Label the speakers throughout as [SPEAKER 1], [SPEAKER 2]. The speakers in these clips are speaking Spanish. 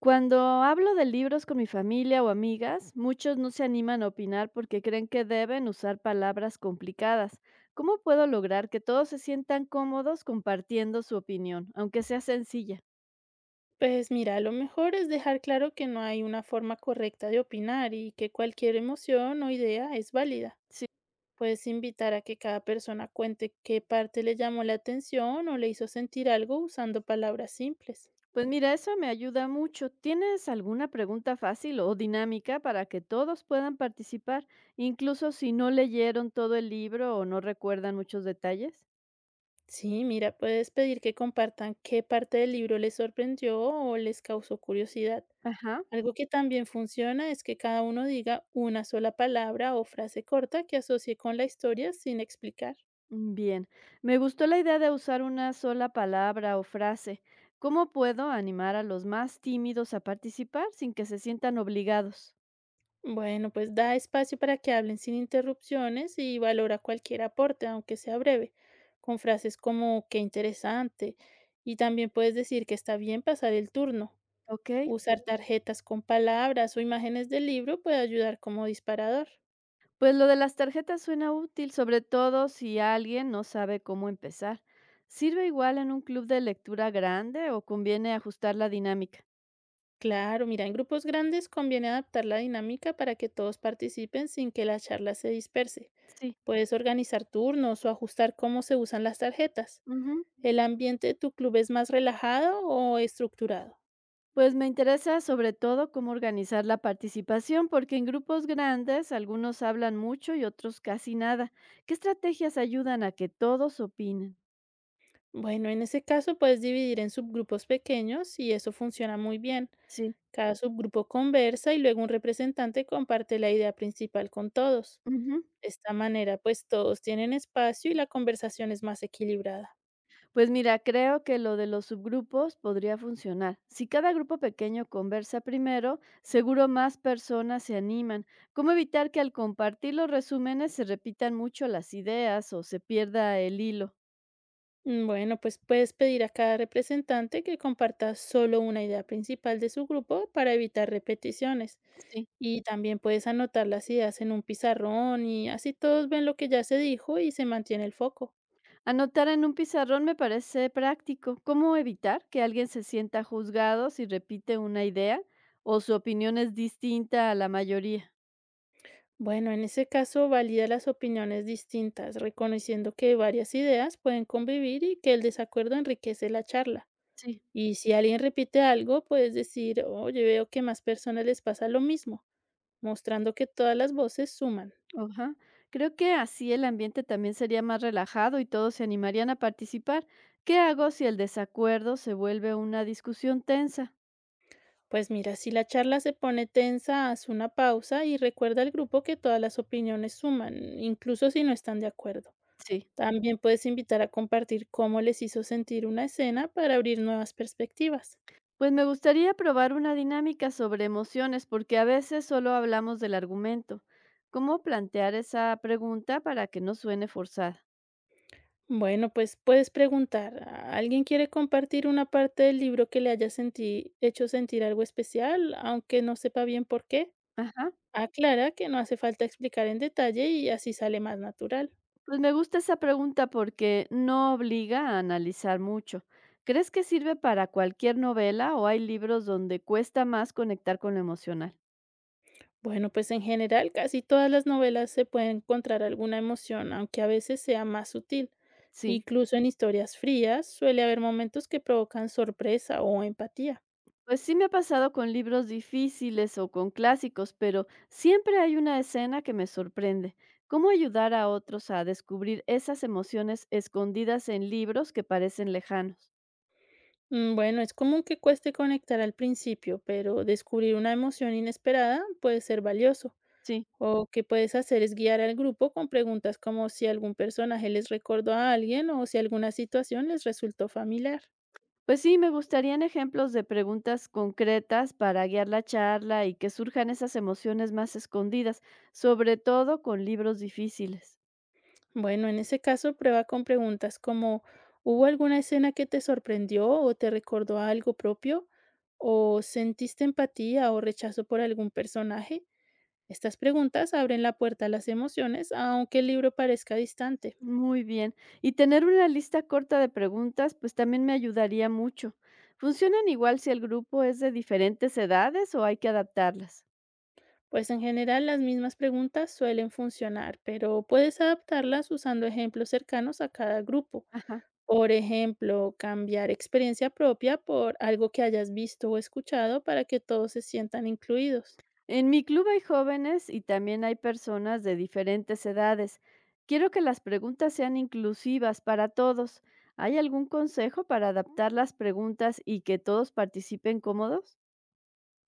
[SPEAKER 1] Cuando hablo de libros con mi familia o amigas, muchos no se animan a opinar porque creen que deben usar palabras complicadas. ¿Cómo puedo lograr que todos se sientan cómodos compartiendo su opinión, aunque sea sencilla?
[SPEAKER 2] Pues mira, lo mejor es dejar claro que no hay una forma correcta de opinar y que cualquier emoción o idea es válida.
[SPEAKER 1] Sí.
[SPEAKER 2] Puedes invitar a que cada persona cuente qué parte le llamó la atención o le hizo sentir algo usando palabras simples.
[SPEAKER 1] Pues mira, eso me ayuda mucho. ¿Tienes alguna pregunta fácil o dinámica para que todos puedan participar, incluso si no leyeron todo el libro o no recuerdan muchos detalles?
[SPEAKER 2] Sí, mira, puedes pedir que compartan qué parte del libro les sorprendió o les causó curiosidad.
[SPEAKER 1] Ajá.
[SPEAKER 2] Algo que también funciona es que cada uno diga una sola palabra o frase corta que asocie con la historia sin explicar.
[SPEAKER 1] Bien, me gustó la idea de usar una sola palabra o frase. ¿Cómo puedo animar a los más tímidos a participar sin que se sientan obligados?
[SPEAKER 2] Bueno, pues da espacio para que hablen sin interrupciones y valora cualquier aporte, aunque sea breve, con frases como qué interesante. Y también puedes decir que está bien pasar el turno.
[SPEAKER 1] Ok,
[SPEAKER 2] Usar tarjetas con palabras o imágenes del libro puede ayudar como disparador.
[SPEAKER 1] pues lo de las tarjetas suena útil, sobre todo si alguien no sabe cómo empezar. ¿Sirve igual en un club de lectura grande o conviene ajustar la dinámica?
[SPEAKER 2] Claro, mira, en grupos grandes conviene adaptar la dinámica para que todos participen sin que la charla se disperse.
[SPEAKER 1] Sí.
[SPEAKER 2] Puedes organizar turnos o ajustar cómo se usan las tarjetas.
[SPEAKER 1] Ujú.
[SPEAKER 2] ¿El ambiente de tu club es más relajado o estructurado?
[SPEAKER 1] Pues me interesa sobre todo cómo organizar la participación, porque en grupos grandes algunos hablan mucho y otros casi nada. ¿Qué estrategias ayudan a que todos opinen?
[SPEAKER 2] Bueno, en ese caso puedes dividir en subgrupos pequeños y eso funciona muy bien.
[SPEAKER 1] Sí.
[SPEAKER 2] Cada subgrupo conversa y luego un representante comparte la idea principal con todos.
[SPEAKER 1] Ujú.
[SPEAKER 2] De esta manera, pues todos tienen espacio y la conversación es más equilibrada.
[SPEAKER 1] Pues mira, creo que lo de los subgrupos podría funcionar. Si cada grupo pequeño conversa primero, seguro más personas se animan. ¿Cómo evitar que al compartir los resúmenes se repitan mucho las ideas o se pierda el hilo?
[SPEAKER 2] Bueno, pues puedes pedir a cada representante que comparta solo una idea principal de su grupo para evitar repeticiones.
[SPEAKER 1] Sí.
[SPEAKER 2] Y también puedes anotar las ideas en un pizarrón y así todos ven lo que ya se dijo y se mantiene el foco.
[SPEAKER 1] Anotar en un pizarrón me parece práctico. ¿Cómo evitar que alguien se sienta juzgado si repite una idea o su opinión es distinta a la mayoría?
[SPEAKER 2] Bueno, en ese caso valida las opiniones distintas, reconociendo que varias ideas pueden convivir y que el desacuerdo enriquece la charla.
[SPEAKER 1] Sí.
[SPEAKER 2] Y si alguien repite algo, puedes decir, oye, veo que más personas les pasa lo mismo, mostrando que todas las voces suman.
[SPEAKER 1] Ajá. Creo que así el ambiente también sería más relajado y todos se animarían a participar. ¿Qué hago si el desacuerdo se vuelve una discusión tensa?
[SPEAKER 2] Pues mira, si la charla se pone tensa, haz una pausa y recuerda al grupo que todas las opiniones suman, incluso si no están de acuerdo.
[SPEAKER 1] Sí.
[SPEAKER 2] También puedes invitar a compartir cómo les hizo sentir una escena para abrir nuevas perspectivas.
[SPEAKER 1] Pues me gustaría probar una dinámica sobre emociones porque a veces solo hablamos del argumento. ¿Cómo plantear esa pregunta para que no suene forzada?
[SPEAKER 2] Bueno, pues puedes preguntar, ¿alguien quiere compartir una parte del libro que le haya hecho sentir algo especial, aunque no sepa bien por qué?
[SPEAKER 1] Ajá.
[SPEAKER 2] Aclara que no hace falta explicar en detalle y así sale más natural.
[SPEAKER 1] Pues me gusta esa pregunta porque no obliga a analizar mucho. ¿Crees que sirve para cualquier novela o hay libros donde cuesta más conectar con lo emocional?
[SPEAKER 2] Bueno, pues en general casi todas las novelas se puede encontrar alguna emoción, aunque a veces sea más sutil.
[SPEAKER 1] Sí,
[SPEAKER 2] Incluso en historias frías suele haber momentos que provocan sorpresa o empatía.
[SPEAKER 1] pues sí me ha pasado con libros difíciles o con clásicos, pero siempre hay una escena que me sorprende. ¿Cómo ayudar a otros a descubrir esas emociones escondidas en libros que parecen lejanos?
[SPEAKER 2] Bueno, es común que cueste conectar al principio, pero descubrir una emoción inesperada puede ser valioso.
[SPEAKER 1] Sí.
[SPEAKER 2] O que puedes hacer es guiar al grupo con preguntas como si algún personaje les recordó a alguien o si alguna situación les resultó familiar.
[SPEAKER 1] Pues sí, me gustarían ejemplos de preguntas concretas para guiar la charla y que surjan esas emociones más escondidas, sobre todo con libros difíciles.
[SPEAKER 2] Bueno, en ese caso, prueba con preguntas como ¿hubo alguna escena que te sorprendió o te recordó a algo propio? ¿O sentiste empatía o rechazo por algún personaje? Estas preguntas abren la puerta a las emociones, aunque el libro parezca distante.
[SPEAKER 1] Muy bien. Y tener una lista corta de preguntas, pues también me ayudaría mucho. ¿Funcionan igual si el grupo es de diferentes edades o hay que adaptarlas?
[SPEAKER 2] Pues en general las mismas preguntas suelen funcionar, pero puedes adaptarlas usando ejemplos cercanos a cada grupo.
[SPEAKER 1] Ajá.
[SPEAKER 2] Por ejemplo, cambiar experiencia propia por algo que hayas visto o escuchado para que todos se sientan incluidos.
[SPEAKER 1] En mi club hay jóvenes y también hay personas de diferentes edades. Quiero que las preguntas sean inclusivas para todos. ¿Hay algún consejo para adaptar las preguntas y que todos participen cómodos?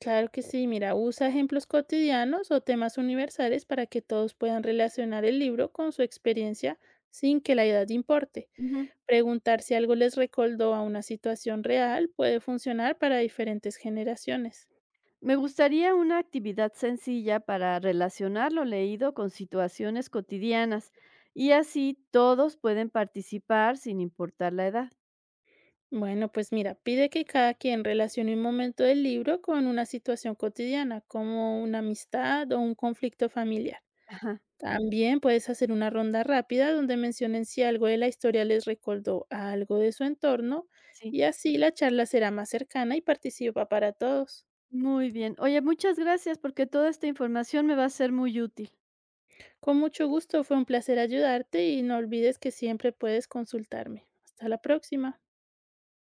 [SPEAKER 2] Claro que sí, mira, usa ejemplos cotidianos o temas universales para que todos puedan relacionar el libro con su experiencia sin que la edad importe.
[SPEAKER 1] Ujú.
[SPEAKER 2] Preguntar si algo les recordó a una situación real puede funcionar para diferentes generaciones.
[SPEAKER 1] Me gustaría una actividad sencilla para relacionar lo leído con situaciones cotidianas y así todos pueden participar sin importar la edad.
[SPEAKER 2] Bueno, pues mira, pide que cada quien relacione un momento del libro con una situación cotidiana, como una amistad o un conflicto familiar.
[SPEAKER 1] Ajá.
[SPEAKER 2] También puedes hacer una ronda rápida donde mencionen si algo de la historia les recordó a algo de su entorno
[SPEAKER 1] Sí,
[SPEAKER 2] y así la charla será más cercana y participa para todos.
[SPEAKER 1] muy bien. Oye, muchas gracias porque toda esta información me va a ser muy útil.
[SPEAKER 2] Con mucho gusto, fue un placer ayudarte y no olvides que siempre puedes consultarme. Hasta la próxima.